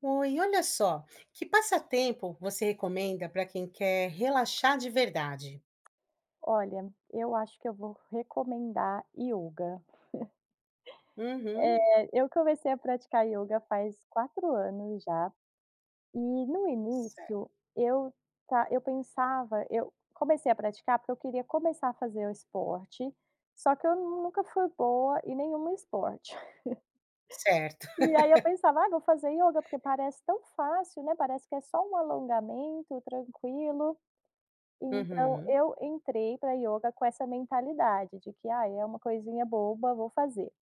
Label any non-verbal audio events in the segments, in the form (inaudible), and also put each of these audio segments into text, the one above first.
Oi, olha só, que passatempo você recomenda para quem quer relaxar de verdade? Olha, eu acho que eu vou recomendar yoga. Uhum. Eu comecei a praticar yoga faz 4 anos já, e no cer início eu eu comecei a praticar porque eu queria começar a fazer o esporte, só que eu nunca fui boa em nenhum esporte. (laughs) certo. (laughs) E aí eu pensava: "Ah, vou fazer yoga porque parece tão fácil, né, parece que é só um alongamento tranquilo". Então, Uhum. eu entrei para yoga com essa mentalidade de que: ah é uma coisinha boba, vou fazer".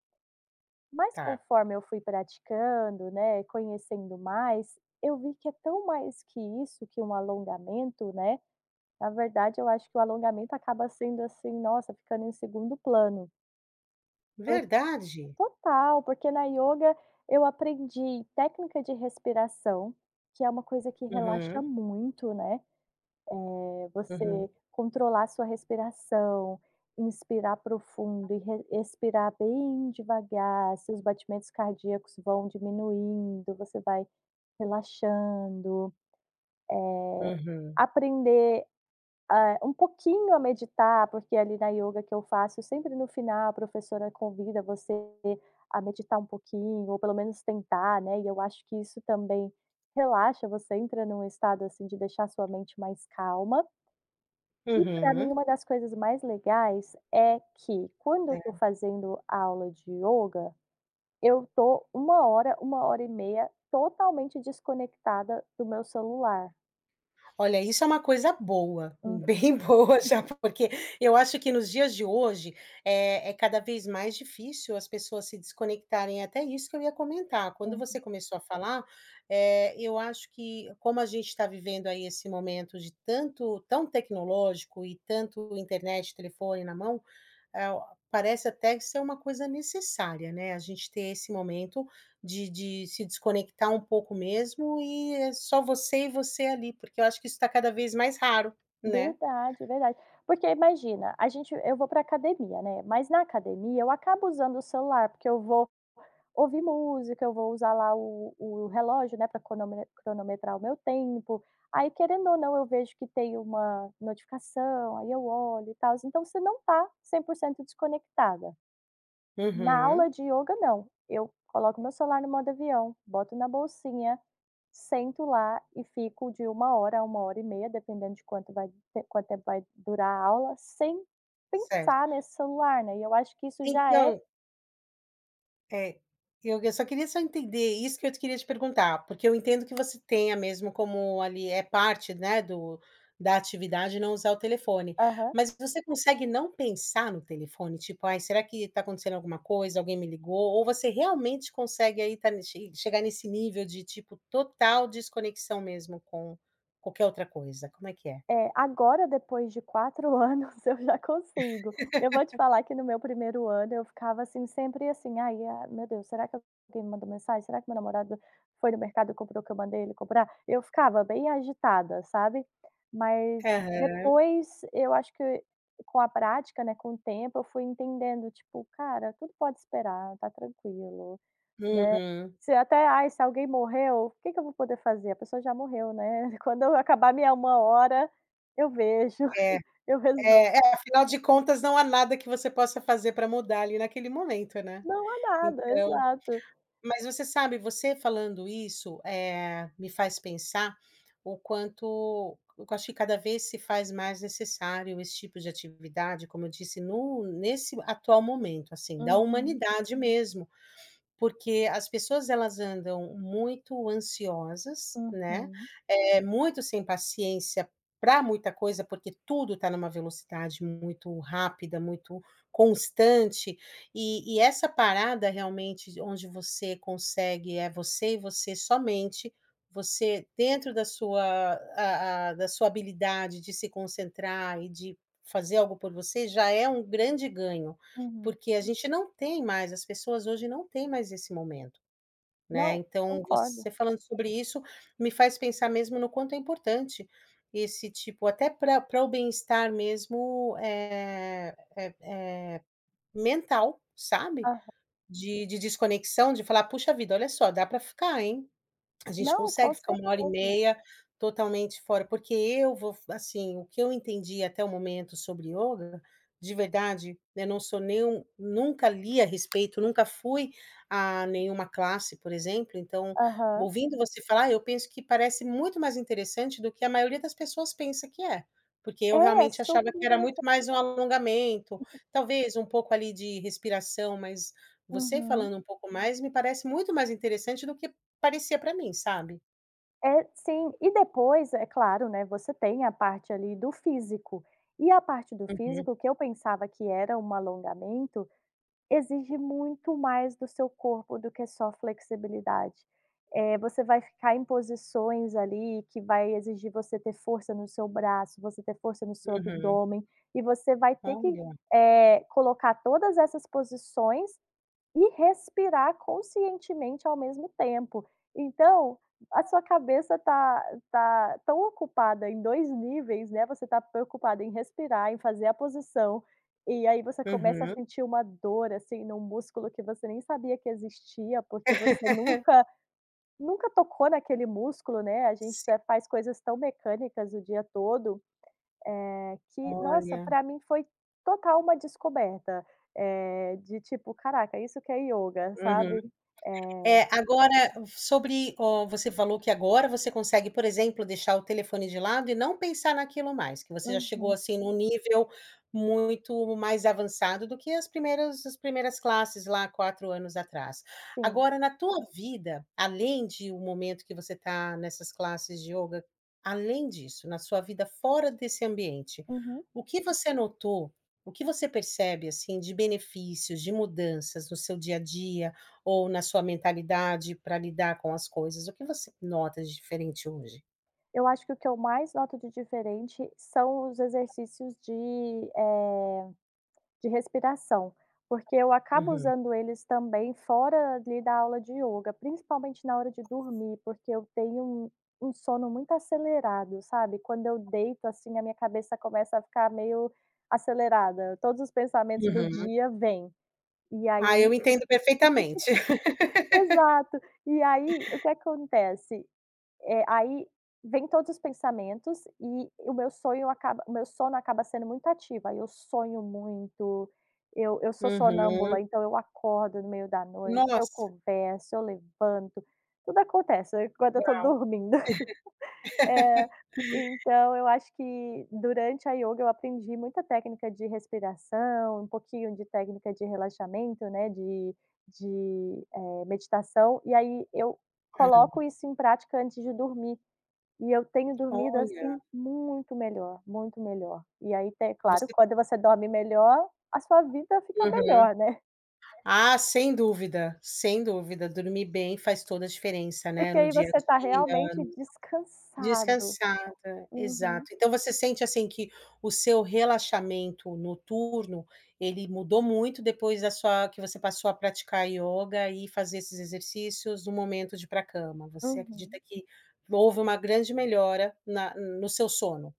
Mas Tá. conforme eu fui praticando, né, conhecendo mais, eu vi que é tão mais que isso, que um alongamento, né. Na verdade, eu acho que o alongamento acaba sendo, assim, nossa, ficando em segundo plano. Por Verdade? total, porque na yoga eu aprendi técnica de respiração, que é uma coisa que relaxa Uhum, muito, né. É você uhum, controlar sua respiração, inspirar profundo e re expirar bem devagar, seus batimentos cardíacos vão diminuindo, você vai relaxando. uhum, Aprender, um pouquinho a meditar, porque ali na yoga que eu faço, sempre no final a professora convida você a meditar um pouquinho, ou pelo menos tentar, né, e eu acho que isso também relaxa, você entra num estado, assim, de deixar sua mente mais calma. E para mim uhum. uma das coisas mais legais é que quando eu É. estou fazendo aula de yoga, eu tô 1 hora, 1 hora e meia totalmente desconectada do meu celular. Olha, isso é uma coisa boa, Hum, bem (laughs) boa já, porque eu acho que nos dias de hoje é cada vez mais difícil as pessoas se desconectarem. É até isso que eu ia comentar. Quando você uhum. começou a falar, eu acho que como a gente está vivendo aí esse momento de tanto tão tecnológico e tanto internet, telefone na mão, é parece até ser uma coisa necessária, né, a gente ter esse momento de se desconectar um pouco mesmo e é só você e você ali, porque eu acho que isso está cada vez mais raro, né. Verdade, verdade. Porque imagina, a gente eu vou para academia, né, mas na academia eu acabo usando o celular, porque eu vou ouvir música, eu vou usar lá o relógio, né, para cronometrar o meu tempo. Aí, querendo ou não, eu vejo que tem uma notificação, aí eu olho e tals. Então você não tá 100% desconectada. Na aula Uhum. de yoga não. Eu coloco meu celular no modo avião, boto na bolsinha, sento lá e fico de 1 hora a 1 hora e meia, dependendo de quanto tempo vai durar a aula, sem Certo. pensar nesse celular, né. E eu acho que isso já é Então é, eu só queria só entender isso que eu te queria te perguntar, porque eu entendo que você tenha mesmo como ali é parte, né, do da atividade não usar o telefone, aham. mas você consegue não pensar no telefone? Tipo: "Ai, será que está acontecendo alguma coisa? Alguém me ligou?" Ou você realmente consegue aí tá nesse nível de, tipo, total desconexão mesmo com qualquer outra coisa? Como é que é? É, agora depois de 4 (laughs) anos eu já consigo. Eu vou te falar que no meu primeiro ano eu ficava, assim, sempre assim: "Ai, ah, meu Deus, será que alguém me mandou mensagem? Será que meu namorado foi no mercado e comprou o que eu mandei ele comprar?". Eu ficava bem agitada, sabe. Mas Aham. depois eu acho que com a prática, né, com o tempo eu fui entendendo, tipo: "Cara, tudo pode esperar, tá tranquilo". Né, Uhum. se até: "Ai, se alguém morreu, o que que eu vou poder fazer? A pessoa já morreu, né, (laughs) quando eu acabar minha 1 hora, eu vejo, É, (laughs) eu resolvo". é, afinal de contas não há nada que você possa fazer para mudar ali naquele momento, né? Não há nada, Então exato. mas você sabe, você falando isso, me faz pensar o quanto eu acho que cada vez se faz mais necessário esse tipo de atividade, como eu disse, no nesse atual momento, assim, da Uhum, humanidade mesmo. Porque as pessoas elas andam muito ansiosas, né, uhum, é muito sem paciência para muita coisa, porque tudo está numa velocidade muito rápida, muito constante, e essa parada realmente onde você consegue é você e você somente, você dentro da sua a da sua habilidade de se concentrar e de fazer algo por você já é um grande ganho. uhum. Porque a gente não tem mais, as pessoas hoje não têm mais esse momento, né, Não, então concordo. você falando sobre isso, me faz pensar mesmo no quanto é importante esse tipo até para pra o bem-estar mesmo, mental, sabe, Aham. de desconexão, de falar: "Puxa vida, olha só, dá para ficar, hein". A gente Não, consegue com ficar uma hora e certeza. meia totalmente fora, porque eu vou assim, o que eu entendi até o momento sobre yoga de verdade, eu não sou nenhum nunca li a respeito, nunca fui a nenhuma classe, por exemplo, então, Aham. ouvindo você falar, eu penso que parece muito mais interessante do que a maioria das pessoas pensa que é, porque eu É, é realmente achava super que era muito interessante. mais um alongamento, talvez um pouco ali de respiração, mas você Uhum. falando um pouco mais, me parece muito mais interessante do que parecia pra mim, sabe. É, sim. E depois, é claro, né, você tem a parte ali do físico. E a parte do Uhum, físico, que eu pensava que era um alongamento, exige muito mais do seu corpo do que só flexibilidade. Você vai ficar em posições ali que vai exigir você ter força no seu braço, você ter força no seu uhum. abdômen, e você vai ter que, Olha. Colocar todas essas posições e respirar conscientemente ao mesmo tempo. Então, a sua cabeça tá tão ocupada em 2 níveis, né, você tá preocupada em respirar, em fazer a posição, e aí você começa a Uhum. sentir uma dor, assim, num músculo que você nem sabia que existia, porque você nunca nunca tocou naquele músculo, né, a gente Se até faz coisas tão mecânicas o dia todo, é que, nossa, Olha. para mim foi total uma descoberta, de tipo: "Caraca, isso que é yoga", Uhum. sabe? É, Eh agora, sobre você falou que agora você consegue, por exemplo, deixar o telefone de lado e não pensar naquilo mais, que você já Uhum, chegou, assim, num nível muito mais avançado do que as primeiras classes lá 4 anos atrás. sim. Agora na tua vida, além de o momento que você está nessas classes de yoga além disso, na sua vida fora desse ambiente, Uhum. o que você notou, o que você percebe, assim, de benefícios, de mudanças no seu dia a dia, ou na sua mentalidade para lidar com as coisas? O que você nota de diferente hoje? Eu acho que o que eu mais noto de diferente são os exercícios de respiração, porque eu acabo Uhum, usando eles também fora ali da aula de yoga, principalmente na hora de dormir, porque eu tenho um sono muito acelerado, sabe? Quando eu deito, assim, a minha cabeça começa a ficar meio acelerada, todos os pensamentos do uhum. dia vêm. E Ah, aí eu entendo perfeitamente. (laughs) (laughs) exato. E aí, o que acontece? Aí vem todos os pensamentos e o meu sono acaba sendo muito ativo, aí eu sonho muito, eu sou Uhum. sonâmbula, então eu acordo no meio da noite, eu Nossa, converso, eu levanto, tudo acontece né, quando eu estou uau. dormindo. (laughs) Eh, então eu acho que durante a yoga eu aprendi muita técnica de respiração, um pouquinho de técnica de relaxamento, né, de meditação, e aí eu Hã. coloco isso em prática antes de dormir. E eu tenho dormido, assim, Olha, muito melhor, muito melhor. E aí tem claro, você quando você dorme melhor, a sua vida fica uhum. melhor, né, Ah, sem dúvida, sem dúvida, dormir bem faz toda a diferença, (laughs) né, porque no aí dia a você está dia. realmente descansado. Descansada, Uhum, exato. Então você sente, assim, que o seu relaxamento noturno, ele mudou muito depois da sua que você passou a praticar ioga e fazer esses exercícios no momento de ir para a cama. Você acredita uhum. que houve uma grande melhora na no seu sono?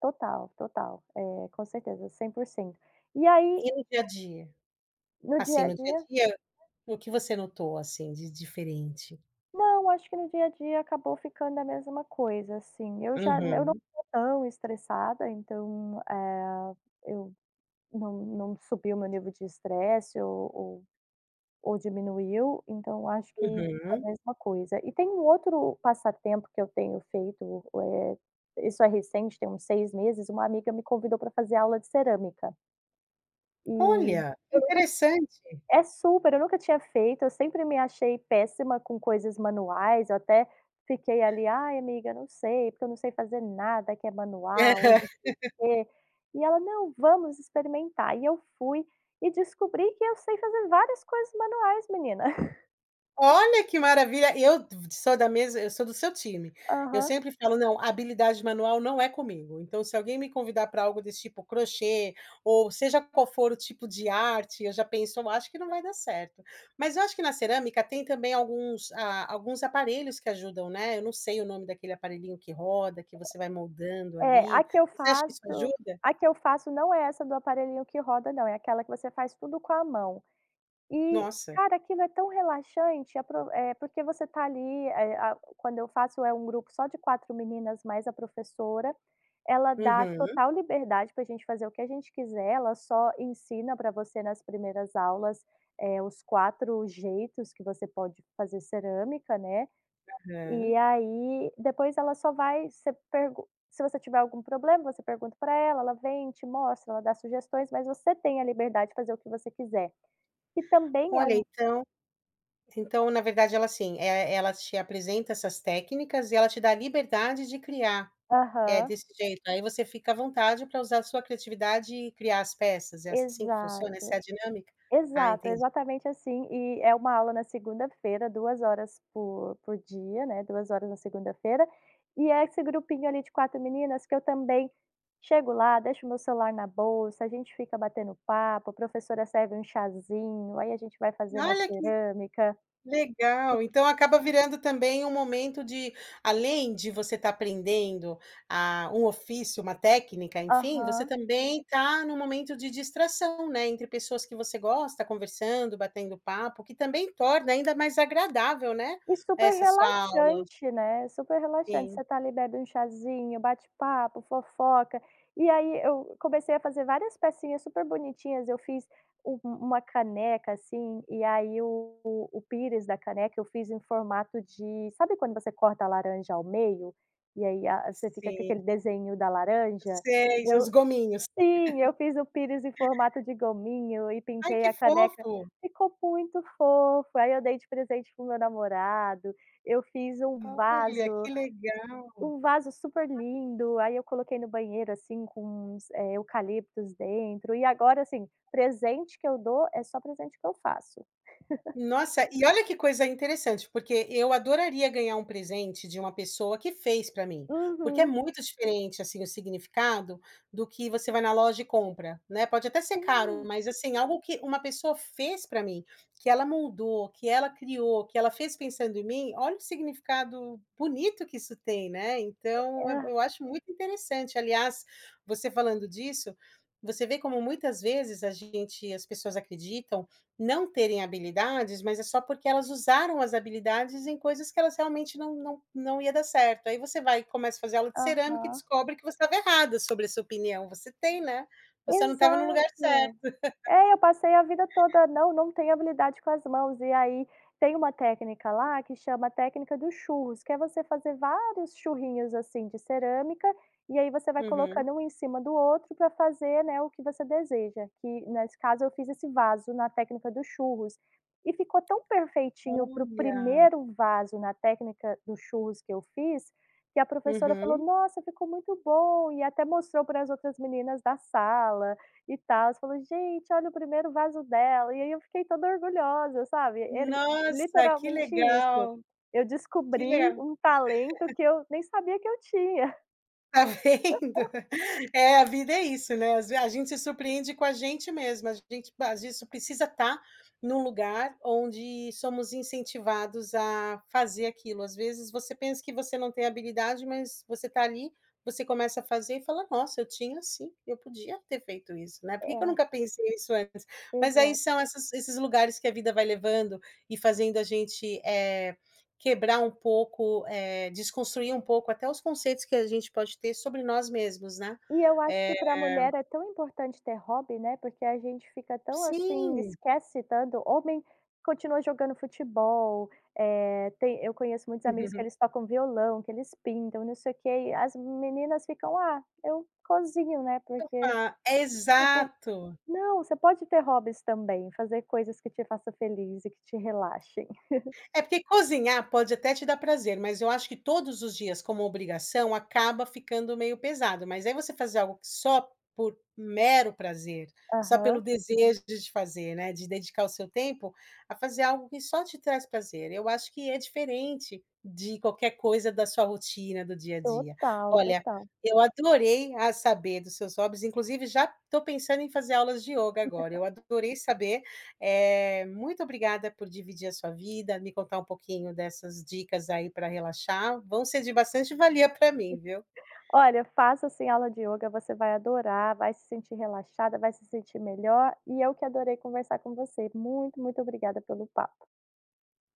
Total, total. É, com certeza, 100%. E aí, E no dia a dia? no dia Assim, a no dia a dia dia, o que você notou, assim, de diferente? não, acho que no dia a dia acabou ficando a mesma coisa, assim. Eu já eu não Uhum, tô tão estressada, então, eu não não subiu o meu nível de estresse ou Ou diminuiu, então acho que ficou uhum. a mesma coisa. E tem um outro passatempo que eu tenho feito, isso é recente, tem uns 6 meses, uma amiga me convidou para fazer aula de cerâmica, e Olha, eu nunca ti interessante. é super, eu nunca tinha feito, eu sempre me achei péssima com coisas manuais, eu até fiquei ali: "Ai amiga, não sei, porque eu não sei fazer nada que é manual e não (laughs) sei o quê". E ela: "Não, vamos experimentar". E eu fui e descobri que eu sei fazer várias coisas manuais menina. Olha que maravilha, eu sou da mesma eu sou do seu time. Eu Aham. sempre falo: "Não, habilidade manual não é comigo". Então, se alguém me convidar para algo desse tipo crochê, ou seja qual for o tipo de arte, eu já penso: "Eu acho que não vai dar certo". Mas eu acho que na cerâmica tem também alguns aparelhos que ajudam, né, eu não sei o nome daquele aparelhinho que roda, que você vai moldando É, ali. Você acha que isso ajuda? a que eu faço não é essa do aparelhinho que roda não, é aquela que você faz tudo com a mão. E, Nossa. cara, aquilo é tão relaxante, porque você tá ali, eh, a quando eu faço é um grupo só de 4 meninas mais a professora, ela dá Uhum, total liberdade para a gente fazer o que a gente quiser, ela só ensina para você nas primeiras aulas, os 4 jeitos que você pode fazer cerâmica, né. E aham. aí, depois ela só vai você pergun se você tiver algum problema, você pergunta para ela, ela vem, te mostra, ela dá sugestões, mas você tem a liberdade de fazer o que você quiser. E também é Olha, um então, na verdade, ela assim, é ela te apresenta essas técnicas e ela te dá a liberdade de criar. É aham, desse jeito, aí você fica à vontade para usar a sua criatividade e criar as peças, é assim que funciona? Essa é exato. a dinâmica? Ah, Exato, é entendi. exatamente assim. E é uma aula na segunda-feira, 2 horas por dia, né, 2 horas na segunda-feira, e é esse grupinho ali de 4 meninas que eu também chego lá, deixo o meu celular na bolsa, a gente fica batendo papo, a professora serve um chazinho, aí a gente vai fazer na Olha que cerâmica. legal, então acaba virando também um momento de além de você estar aprendendo a um ofício, uma técnica, enfim, você Aham. também está num momento de distração, né, entre pessoas que você gosta, conversando, batendo papo, que também torna ainda mais agradável, né, E super essa sua aula. relaxante, né, super relaxante, Sim, você tá ali bebe um chazinho, bate papo, fofoca, e aí eu comecei a fazer várias pecinhas super bonitinhas, eu fiz uma caneca, assim, e aí o pires da caneca eu fiz em formato de sabe quando você corta a laranja ao meio, e aí a você fica com sim, aquele desenho da laranja? sei, os Eu gominhos. Sim, eu fiz o pires em formato de gominho e Ai, pintei que a caneca. fofo. Ficou muito fofo, aí eu dei de presente para o meu namorado, eu fiz Olha, que legal. um vaso super lindo, aí eu coloquei no banheiro, assim, com uns, eucaliptos dentro. E agora, assim, presente que eu dou é só presente que eu faço. Nossa, e olha que coisa interessante, porque eu adoraria ganhar um presente de uma pessoa que fez para mim, porque é Uhum. muito diferente, assim, o significado do que você vai na loja e compra, né, pode até ser caro, Sim. mas, assim, algo que uma pessoa fez para mim, que ela moldou, que ela criou, que ela fez pensando em mim, olha o significado bonito que isso tem, né, então eu Hã, eu acho muito interessante. Aliás, você falando disso, você vê como muitas vezes a gente as pessoas acreditam não terem habilidades, mas é só porque elas usaram as habilidades em coisas que elas realmente não ia dar certo. Aí você vai e começa a fazer aula de cerâmica e aham. descobre que você estava errada sobre essa opinião. Você tem, né, você não estava no lugar Exato. certo. É, eu passei a vida toda não, não tenho habilidade com as mãos. E aí tem uma técnica lá que chama a técnica dos churros, que é você fazer vários churrinhos, assim, de cerâmica, e aí você vai Uhum. colocando um em cima do outro para fazer, né, o que você deseja. Que nesse caso eu fiz esse vaso na técnica dos churros. E ficou tão perfeitinho para o Olha. primeiro vaso na técnica dos churros que eu fiz, que a professora falou: Uhum. "Nossa, ficou muito bom", e até mostrou para as outras meninas da sala. E tal, tals, falou: "Gente, olha o primeiro vaso dela". E aí eu fiquei toda orgulhosa, sabe. Era Nossa, que literalmente isso, legal, eu que descobri legal. um talento que eu nem sabia que eu tinha. (laughs) Tá vendo? É, a vida é isso, né, às ve a gente se surpreende com a gente mesma, a gente às vezes precisa estar num lugar onde somos incentivados a fazer aquilo. Às vezes você pensa que você não tem habilidade, mas você tá ali, você começa a fazer e fala: "Nossa, eu tinha sim, eu podia ter feito isso, né, por que que eu nunca (laughs) pensei isso antes?". É, Mas aí exato. são essas esses lugares que a vida vai levando e fazendo a gente, quebrar um pouco, desconstruir um pouco até os conceitos que a gente pode ter sobre nós mesmos, né. E eu acho Eh que para a mulher é tão importante ter hobby, né, porque a gente fica tão assim, sim. esquece tanto homem continua jogando futebol, tem eu conheço muitos amigos que eles (laughs) tocam violão, que eles pintam, não sei o quê, e as meninas ficam: "Ah, eu cozinho", né, porque Ah, tipo, exato. não, você pode ter hobbies também, fazer coisas que te faça feliz e que te relaxem. É porque cozinhar pode até te dar prazer, mas eu acho que todos os dias como obrigação acaba ficando meio pesado, mas aí você fazer algo que só por mero prazer, só pelo Aham, desejo de fazer, né, de dedicar o seu tempo a fazer algo que só te traz prazer. Eu acho que é diferente de qualquer coisa da sua rotina, do dia a dia. total, Olha, total. eu adorei a saber dos seus hobbies, inclusive já estou pensando em fazer aulas de yoga agora. Eu adorei saber é muito obrigada por dividir a sua vida, me contar um pouquinho dessas dicas aí para relaxar, vão ser de bastante valia para mim, viu? Olha, faça assim aula de yoga, você vai adorar, vai se sentir relaxada, vai se sentir melhor, e eu que adorei conversar com você. Muito, muito obrigada pelo papo.